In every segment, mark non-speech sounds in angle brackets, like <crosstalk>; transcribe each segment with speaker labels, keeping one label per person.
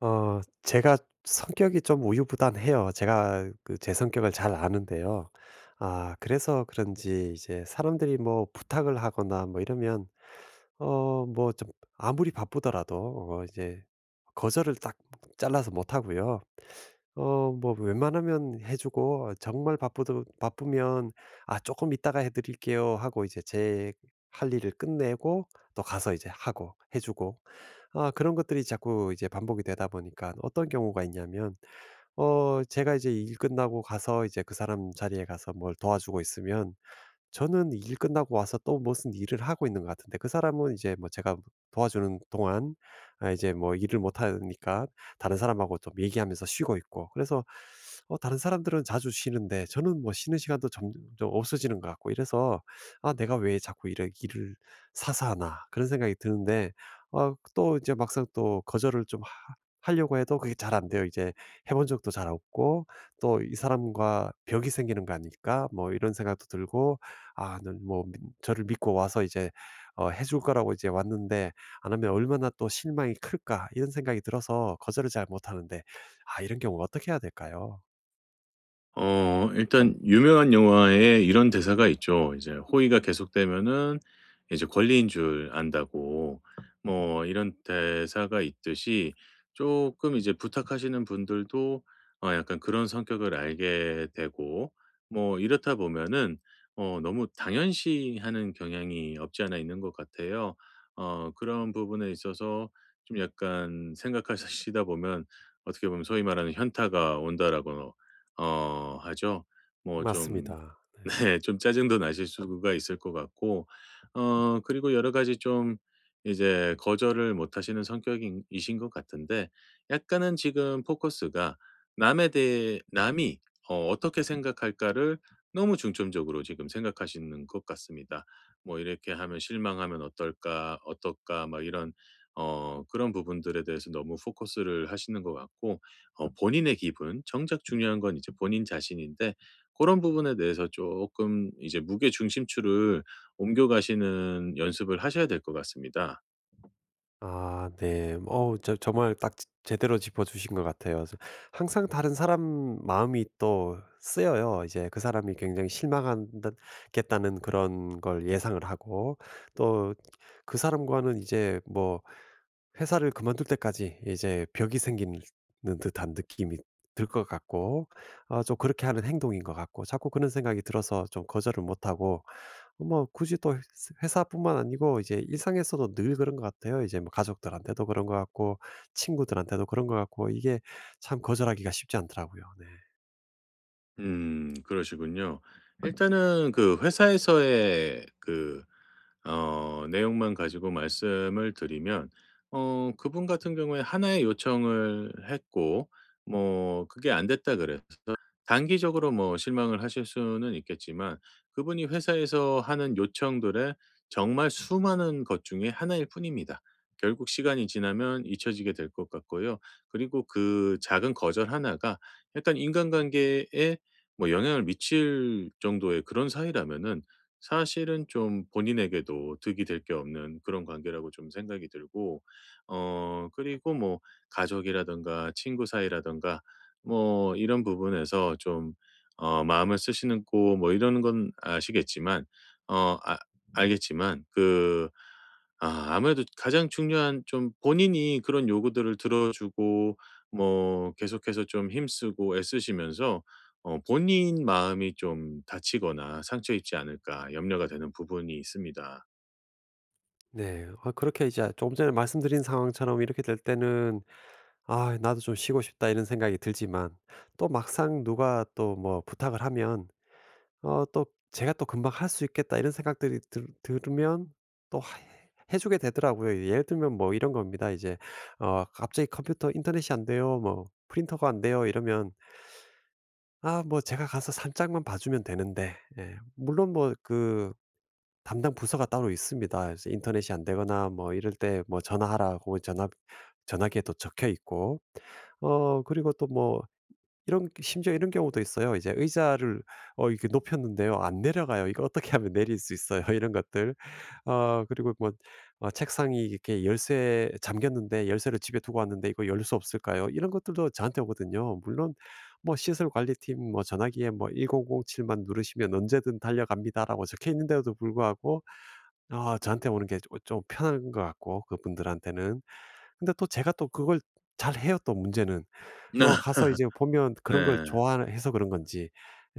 Speaker 1: 제가 성격이 좀 우유부단해요. 제가 제 성격을 잘 아는데요. 아, 그래서 그런지 이제 사람들이 뭐 부탁을 하거나 뭐 이러면, 뭐 좀 아무리 바쁘더라도 이제 거절을 딱 잘라서 못 하고요. 뭐 웬만하면 해 주고, 정말 바쁘도 바쁘면 "아, 조금 이따가 해 드릴게요." 하고 이제 제 할 일을 끝내고 또 가서 이제 하고 해 주고, 아, 그런 것들이 자꾸 이제 반복이 되다 보니까 어떤 경우가 있냐면, 제가 이제 일 끝나고 가서 이제 그 사람 자리에 가서 뭘 도와주고 있으면, 저는 일 끝나고 와서 또 무슨 일을 하고 있는 것 같은데, 그 사람은 이제 뭐 제가 도와주는 동안 아, 이제 뭐 일을 못 하니까 다른 사람하고 좀 얘기하면서 쉬고 있고. 그래서 다른 사람들은 자주 쉬는데 저는 뭐 쉬는 시간도 점점 좀 없어지는 것 같고, 이래서 '아, 내가 왜 자꾸 이래 일을 사사하나.' 그런 생각이 드는데, 또 이제 막상 또 거절을 좀 하 하려고 해도 그게 잘 안 돼요. 이제 해본 적도 잘 없고, 또 '이 사람과 벽이 생기는 거 아닐까?' 뭐 이런 생각도 들고, 아 는 뭐 믿 저를 믿고 와서 이제 해줄 거라고 이제 왔는데 안 하면 얼마나 또 실망이 클까, 이런 생각이 들어서 거절을 잘 못하는데, 아, 이런 경우 어떻게 해야 될까요?
Speaker 2: 일단 유명한 영화에 이런 대사가 있죠. 이제 "호의가 계속되면은 이제 권리인 줄 안다."고, 뭐 이런 대사가 있듯이 조금 이제 부탁하시는 분들도 약간 그런 성격을 알게 되고, 뭐 이렇다 보면은 너무 당연시하는 경향이 없지 않아 있는 것 같아요. 그런 부분에 있어서 좀 약간 생각하시다 보면, 어떻게 보면 소위 말하는 '현타가 온다.'라고 하죠. 뭐 좀,
Speaker 1: 맞습니다. 네.
Speaker 2: <laughs> 네, 좀 짜증도 나실 수가 있을 것 같고, 그리고 여러 가지 좀 이제 거절을 못 하시는 성격 이신 것 같은데, 약간은 지금 포커스가 남에 대해 남이 어떻게 생각할까를 너무 중점적으로 지금 생각하시는 것 같습니다. 뭐 '이렇게 하면 실망하면 어떨까? 어떨까?' 막 이런, 그런 부분들에 대해서 너무 포커스를 하시는 것 같고, 본인의 기분, 정작 중요한 건 이제 본인 자신인데, 그런 부분에 대해서 조금 이제 무게 중심추를 옮겨가시는 연습을 하셔야 될 것 같습니다.
Speaker 1: 아, 네. 어우, 저 정말 딱 제 제대로 짚어 주신 것 같아요. 저 항상 다른 사람 마음이 또 쓰여요. 이제 그 사람이 굉장히 실망한 겠다는 그런 걸 예상을 하고, 또 그 사람과는 이제 뭐 회사를 그만둘 때까지 이제 벽이 생기는 듯한 느낌이 들 것 같고, 아, 좀 그렇게 하는 행동인 것 같고, 자꾸 그런 생각이 들어서 좀 거절을 못 하고, 뭐 굳이 또 회사뿐만 아니고 이제 일상에서도 늘 그런 것 같아요. 이제 뭐 가족들한테도 그런 것 같고 친구들한테도 그런 것 같고, 이게 참 거절하기가 쉽지 않더라고요. 네.
Speaker 2: 그러시군요. 일단은 그 회사에서의 내용만 가지고 말씀을 드리면, 그분 같은 경우에 하나의 요청을 했고, 뭐 그게 안 됐다 그래서 단기적으로 뭐 실망을 하실 수는 있겠지만, 그분이 회사에서 하는 요청들의 정말 수많은 것 중에 하나일 뿐입니다. 결국 시간이 지나면 잊혀지게 될 것 같고요. 그리고 그 작은 거절 하나가 약간 인간관계에 뭐 영향을 미칠 정도의 그런 사이라면은, 사실은 좀 본인에게도 득이 될 게 없는 그런 관계라고 좀 생각이 들고, 그리고 뭐 가족이라든가 친구 사이라든가 뭐 이런 부분에서 좀 마음을 쓰시는 고, 뭐 이러는 건 아시겠지만, 어 아 알겠지만 그, 아무래도 가장 중요한 좀 본인이 그런 요구들을 들어주고, 뭐 계속해서 좀 힘쓰고 애쓰시면서 본인 마음이 좀 다치거나 상처 입지 않을까 염려가 되는 부분이 있습니다.
Speaker 1: 네. 아, 그렇게 이제 조금 전에 말씀드린 상황처럼 이렇게 될 때는 '아, 나도 좀 쉬고 싶다.' 이런 생각이 들지만, 또 막상 누가 또 뭐 부탁을 하면 또 '제가 또 금방 할 수 있겠다.' 이런 생각들이 들 들면 또 하 해 주게 되더라고요. 예를 들면 뭐 이런 겁니다. 이제 갑자기 "컴퓨터 인터넷이 안 돼요.", 뭐 "프린터가 안 돼요." 이러면, 아, 뭐 제가 가서 살짝만 봐 주면 되는데, 예, 물론 뭐 그 담당 부서가 따로 있습니다. 그래서 인터넷이 안 되거나 뭐 이럴 때 뭐 전화하라고 전화기에 또 적혀 있고, 그리고 또뭐 이런 심지어 이런 경우도 있어요. 이제 의자를 이렇게 높였는데요, 안 내려가요. 이거 어떻게 하면 내릴 수 있어요? <laughs> 이런 것들. 그리고 뭐 책상이 이렇게 열쇠 잠겼는데 열쇠를 집에 두고 왔는데 이거 열 수 없을까요? 이런 것들도 저한테 오거든요. 물론 뭐 시설 관리팀 뭐 전화기에 뭐 1007만 누르시면 언제든 달려갑니다라고 적혀 있는데도 불구하고, 아, 저한테 오는 게 좀 편한 것 같고, 그분들한테는. 근데 또 제가 또 그걸 잘해요, 또 문제는.
Speaker 2: <laughs> 네.
Speaker 1: 가서 이제 보면 그런 걸
Speaker 2: 네.
Speaker 1: 좋아해서 그런 건지,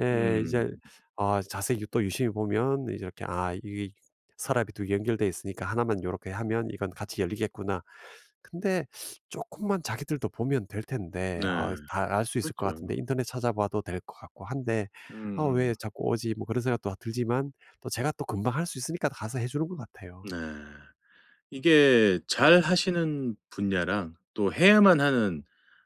Speaker 1: 예, 이제
Speaker 2: 음.
Speaker 1: 아, 자세히 또 유심히 보면 이제 이렇게 '아, 이게 서랍이 두 개 연결돼 있으니까 하나만 요렇게 하면 이건 같이 열리겠구나.' 근데 조금만 자기들도 보면 될
Speaker 2: 네.
Speaker 1: 텐데, 아, 다 알 수 있을 것 같은데
Speaker 2: 그렇죠.
Speaker 1: 인터넷 찾아봐도 될 것 같고 한데, '아, 왜
Speaker 2: 음음.
Speaker 1: 자꾸 오지?' 뭐 그런 생각도 들지만, 또 제가 또 금방 할 수 있으니까 가서 해 주는 것 같아요.
Speaker 2: 네. 이게 잘하시는 분야랑 또 해야만 하는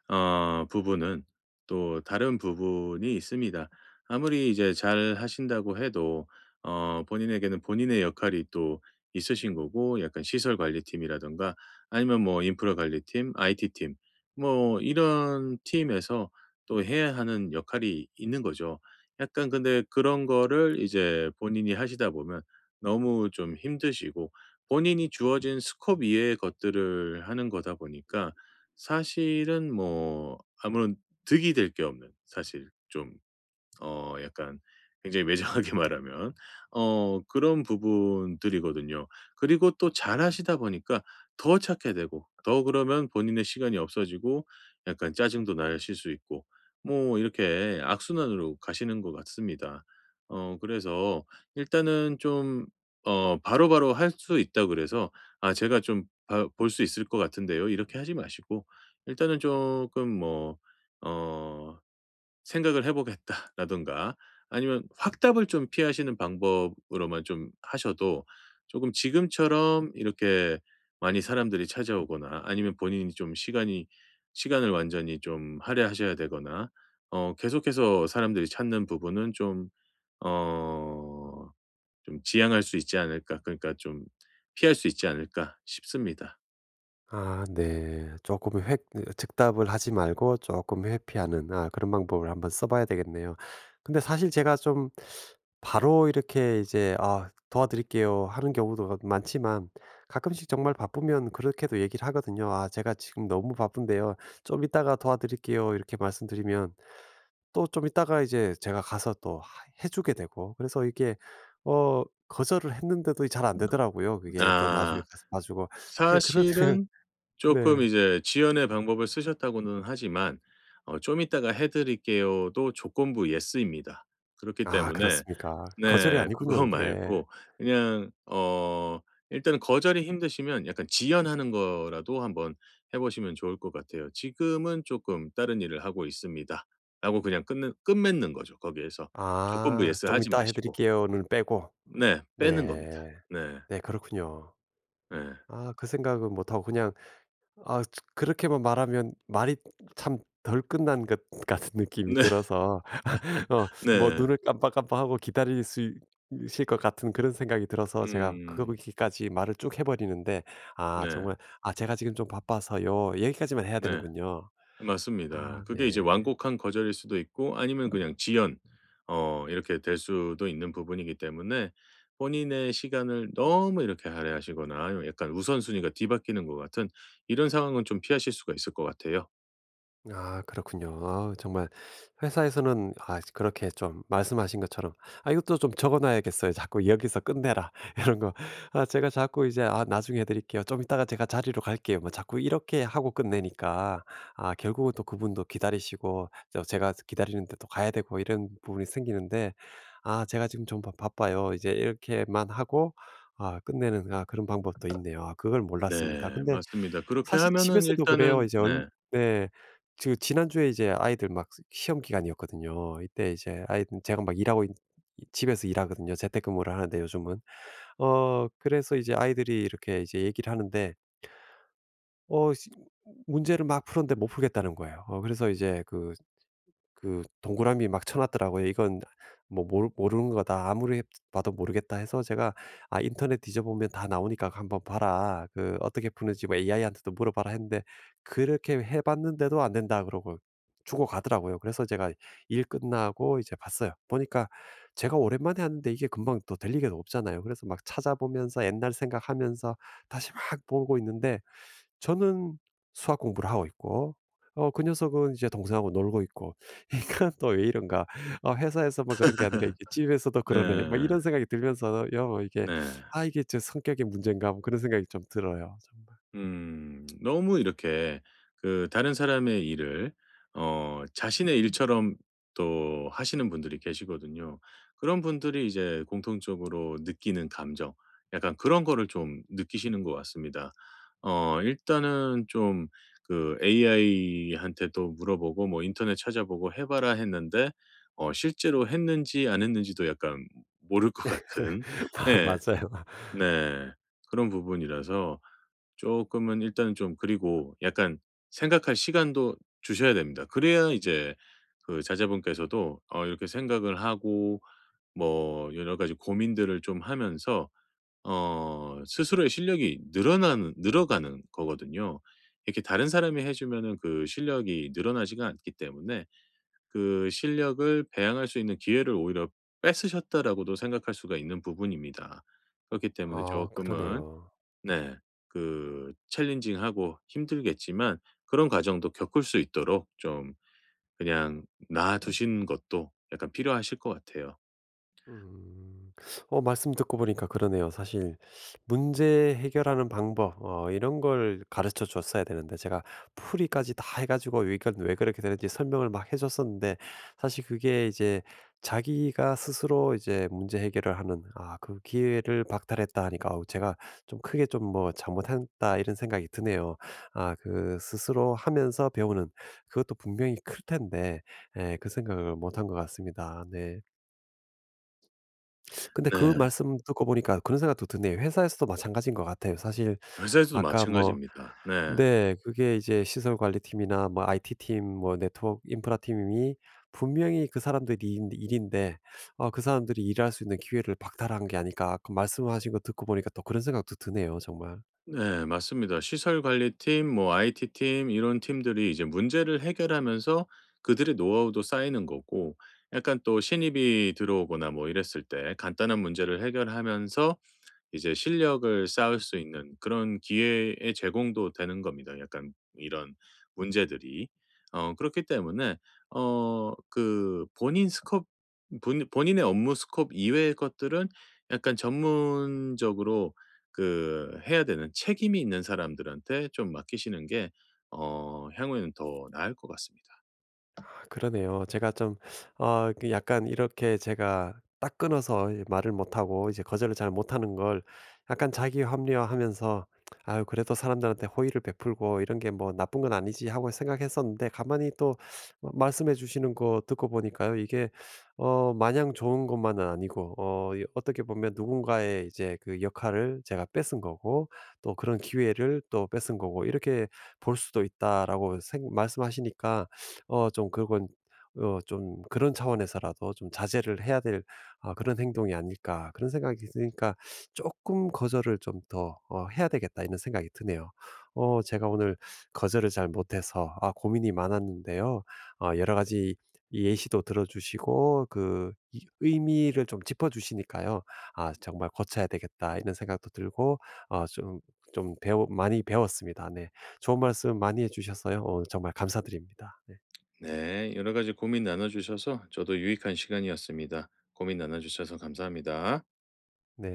Speaker 2: 부분은 또 다른 부분이 있습니다. 아무리 이제 잘하신다고 해도 본인에게는 본인의 역할이 또 있으신 거고, 약간 시설 관리팀이라든가 아니면 뭐 인프라 관리팀, IT팀 뭐 이런 팀에서 또 해야 하는 역할이 있는 거죠. 약간 근데 그런 거를 이제 본인이 하시다 보면 너무 좀 힘드시고, 본인이 주어진 스콥 이외의 것들을 하는 거다 보니까, 사실은 뭐 아무런 득이 될 게 없는 사실 좀, 약간 굉장히 매정하게 <laughs> 말하면 그런 부분들이거든요. 그리고 또 잘하시다 보니까 더 찾게 되고, 더 그러면 본인의 시간이 없어지고, 약간 짜증도 나실 수 있고, 뭐 이렇게 악순환으로 가시는 것 같습니다. 그래서 일단은 좀, 바로바로 할 수 있다 그래서 '아 제가 좀 볼 수 있을 것 같은데요.' 이렇게 하지 마시고, 일단은 조금 뭐어 생각을 해 보겠다라든가, 아니면 확답을 좀 피하시는 방법으로만 좀 하셔도, 조금 지금처럼 이렇게 많이 사람들이 찾아오거나, 아니면 본인이 좀 시간이 시간을 완전히 좀 할애하셔야 되거나, 계속해서 사람들이 찾는 부분은 좀, 어 좀 지양할 수 있지 않을까, 그러니까 좀 피할 수 있지 않을까 싶습니다.
Speaker 1: 아, 네. 조금 회 즉답을 하지 말고 조금 회피하는, 아, 그런 방법을 한번 써 봐야 되겠네요. 근데 사실 제가 좀 바로 이렇게 이제 "아, 도와드릴게요." 하는 경우도 많지만, 가끔씩 정말 바쁘면 그렇게도 얘기를 하거든요. "아, 제가 지금 너무 바쁜데요. 좀 이따가 도와드릴게요." 이렇게 말씀드리면 또 좀 이따가 이제 제가 가서 또 하 해 주게 되고, 그래서 이게 거절을 했는데도 잘 안 되더라고요. 그게 또 나중에
Speaker 2: 아.
Speaker 1: 가서 봐 주고. 그런 <laughs>
Speaker 2: 사실은 쪼끔
Speaker 1: 네.
Speaker 2: 이제 지연의 방법을 쓰셨다고는 하지만, "좀 이따가 해 드릴게요."도 조건부 예스입니다. 그렇기
Speaker 1: 아,
Speaker 2: 때문에,
Speaker 1: 그렇습니까? 거절이
Speaker 2: 네, <laughs>
Speaker 1: 아니군요,
Speaker 2: 그거
Speaker 1: 그게.
Speaker 2: 말고 그냥, 일단은 거절이 힘드시면 약간 지연하는 거라도 한번 해 보시면 좋을 것 같아요. "지금은 쪼끔 다른 일을 하고 있습니다."라고 그냥 끊는 끝맺는 거죠, 거기에서. 조건부
Speaker 1: 아,
Speaker 2: 예스
Speaker 1: "좀
Speaker 2: 하지
Speaker 1: 이따 해
Speaker 2: 마시고.
Speaker 1: 드릴게요."는 빼고.
Speaker 2: 네, 빼는 겁니다.
Speaker 1: 네.
Speaker 2: 네.
Speaker 1: 네, 그렇군요.
Speaker 2: 예.
Speaker 1: 아, 그 생각은 못 하고 그냥 아 그렇게만 말하면 말이 참 덜 끝난 것 같은 느낌이
Speaker 2: <laughs> 네.
Speaker 1: 들어서, <laughs> 뭐
Speaker 2: 네.
Speaker 1: 눈을 깜빡깜빡하고 기다수있실것 같은 그런 생각이 들어서 제가
Speaker 2: 음.
Speaker 1: 거기까지 말을 쭉 해 버리는데. 아,
Speaker 2: 네.
Speaker 1: 정말 "아, 제가 지금 좀 바빠서요." 여기까지만 해야
Speaker 2: 네,
Speaker 1: 되는군요.
Speaker 2: 맞습니다.
Speaker 1: 아, 네.
Speaker 2: 그게 이제 완곡한 거절일 수도 있고, 아니면 그냥 지연, 이렇게 될 수도 있는 부분이기 때문에, 본인의 시간을 너무 이렇게 할애하시거나, 아니면 약간 우선순위가 뒤바뀌는 것 같은 이런 상황은 좀 피하실 수가 있을 것 같아요.
Speaker 1: 아, 그렇군요. 아, 정말 회사에서는 아, 그렇게 좀 말씀하신 것처럼 '아, 이것도 좀 적어 놔야겠어요. 자꾸 여기서 끝내라.' <laughs> 이런 거. 아, 제가 자꾸 이제 "아, 나중에 해 드릴게요. 좀 이따가 제가 자리로 갈게요." 뭐 자꾸 이렇게 하고 끝내니까 아, 결국은 또 그분도 기다리시고, 제가 기다리는데 또 가야 되고 이런 부분이 생기는데, '아, 제가 지금 좀 바 바빠요.' 이제 이렇게만 하고 아, 끝내는 아, 그런 방법도 있네요. 아, 그걸 몰랐습니다.
Speaker 2: 네,
Speaker 1: 근데
Speaker 2: 맞습니다. 그렇게
Speaker 1: 사실
Speaker 2: 하면은
Speaker 1: 집에서도 그래요.
Speaker 2: 일단은,
Speaker 1: 이제 얼
Speaker 2: 네.
Speaker 1: 네. 저 지난주에 이제 아이들 막 시험 기간이었거든요. 이때 이제 아이들 제가 막 일하고 있 집에서 일하거든요. 재택근무를 하는데 요즘은. 그래서 이제 아이들이 이렇게 이제 얘기를 하는데, 어 시 문제를 막 풀었는데 못 풀겠다는 거예요. 그래서 이제 그 동그라미 막 쳐 놨더라고요. '이건 뭐 모르는 거다. 아무리 봐도 모르겠다.' 해서 제가 "아, 인터넷 뒤져보면 다 나오니까 한번 봐라. 그 어떻게 푸는지 뭐 AI한테도 물어봐라." 했는데 그렇게 해 봤는데도 안 된다 그러고 주고 가더라고요. 그래서 제가 일 끝나고 이제 봤어요. 보니까 제가 오랜만에 하는데 이게 금방 또 들리게 없잖아요. 그래서 막 찾아보면서 옛날 생각하면서 다시 막 보고 있는데, 저는 수학 공부를 하고 있고 그 녀석은 이제 동생하고 놀고 있고. <laughs> '이건 또 왜 이런가? 회사에서만 그런 게 아니라 이게 집에서도 그러네.' 막
Speaker 2: 네.
Speaker 1: 이런 생각이 들면서 요 이게,
Speaker 2: 네.
Speaker 1: '아, 이게 제 성격의 문제인가, 뭐 그런 생각이 좀 들어요, 정말.
Speaker 2: 음. 너무 이렇게 그 다른 사람의 일을 자신의 일처럼 또 하시는 분들이 계시거든요. 그런 분들이 이제 공통적으로 느끼는 감정, 약간 그런 거를 좀 느끼시는 것 같습니다. 일단은 좀 그 AI한테도 물어보고 뭐 인터넷 찾아보고 해 봐라 했는데, 실제로 했는지 안 했는지도 약간 모를 것 같은,
Speaker 1: <laughs> 마
Speaker 2: 예.
Speaker 1: 맞아요.
Speaker 2: 네. 그런 부분이라서 조금은 일단은 좀, 그리고 약간 생각할 시간도 주셔야 됩니다. 그래야 이제 그 자제분께서도 이렇게 생각을 하고, 뭐 여러 가지 고민들을 좀 하면서 스스로의 실력이 늘어나는 늘어가는 거거든요. 이렇게 다른 사람이 해 주면은 그 실력이 늘어나지가 않기 때문에, 그 실력을 배양할 수 있는 기회를 오히려 뺏으셨다라고도 생각할 수가 있는 부분입니다. 그렇기 때문에 조
Speaker 1: 아,
Speaker 2: 금은
Speaker 1: 그러네요.
Speaker 2: 네. 그 챌린징하고 힘들겠지만, 그런 과정도 겪을 수 있도록 좀 그냥 놔 두시는 것도 약간 필요하실 것 같아요.
Speaker 1: 음. 말씀 듣고 보니까 그러네요. 사실 문제 해결하는 방법, 이런 걸 가르쳐 줬어야 되는데 제가 풀이까지 다 해 가지고 이건 왜 그렇게 되는지 설명을 막 해 줬었는데, 사실 그게 이제 자기가 스스로 이제 문제 해결을 하는, 아, 그 기회를 박탈했다 하니까 아우, 제가 좀 크게 좀 뭐 '잘못했다.' 이런 생각이 드네요. 아, 그 스스로 하면서 배우는 그것도 분명히 클 텐데 예, 그 생각을 못한 것 같습니다. 네. 근데 그
Speaker 2: 네.
Speaker 1: 말씀 듣고 보니까 그런 생각도 드네요. 회사에서도 마찬가지인 것 같아요. 사실
Speaker 2: 회사에서도
Speaker 1: 아까 뭐
Speaker 2: 마찬가지입니다. 네.
Speaker 1: 네 그게 이제 시설 관리팀이나 뭐 IT팀 뭐 네트워크 인프라 팀이 분명히 그 사람들 일 일인데, 그 사람들이 일할 수 있는 기회를 박탈한 게 아닐까. 아까 말씀하신 거 듣고 보니까 또 그런 생각도 드네요, 정말.
Speaker 2: 네, 맞습니다. 시설 관리팀 뭐 IT팀 이런 팀들이 이제 문제를 해결하면서 그들의 노하우도 쌓이는 거고, 약간 또 신입이 들어오거나 뭐 이랬을 때 간단한 문제를 해결하면서 이제 실력을 쌓을 수 있는 그런 기회의 제공도 되는 겁니다, 약간 이런 문제들이. 그렇기 때문에 어 그 본인 스컵 본 본인의 업무 스코 이외의 것들은 약간 전문적으로 그 해야 되는 책임이 있는 사람들한테 좀 맡기시는 게 향후에는 더 나을 것 같습니다.
Speaker 1: 그러네요. 제가 좀, 그 약간 이렇게 제가 딱 끊어서 이제 말을 못하고 이제 거절을 잘 못하는 걸 약간 자기 합리화하면서 아유, 그래도 사람들한테 호의를 베풀고 이런 게 뭐 나쁜 건 아니지 하고 생각했었는데, 가만히 또 말씀해 주시는 거 듣고 보니까요. 이게, 마냥 좋은 것만은 아니고, 어떻게 보면 누군가의 이제 그 역할을 제가 뺏은 거고, 또 그런 기회를 또 뺏은 거고 이렇게 볼 수도 있다라고 말씀하시니까, 좀 그건, 좀 그런 차원에서라도 좀 자제를 해야 될, 아, 그런 행동이 아닐까, 그런 생각이 드니까 조금 거절을 좀 더 해야 되겠다.' 이런 생각이 드네요. 제가 오늘 거절을 잘 못해서 아, 고민이 많았는데요. 아, 여러 가지 예시도 들어 주시고 그 이 의미를 좀 짚어 주시니까요. '아, 정말 고쳐야 되겠다.' 이런 생각도 들고 어 좀 좀 배우 많이 배웠습니다. 네. 좋은 말씀 많이 해 주셔서요. 정말 감사드립니다. 네.
Speaker 2: 네. 여러 가지 고민 나눠 주셔서 저도 유익한 시간이었습니다. 고민 나눠 주셔서 감사합니다.
Speaker 1: 네.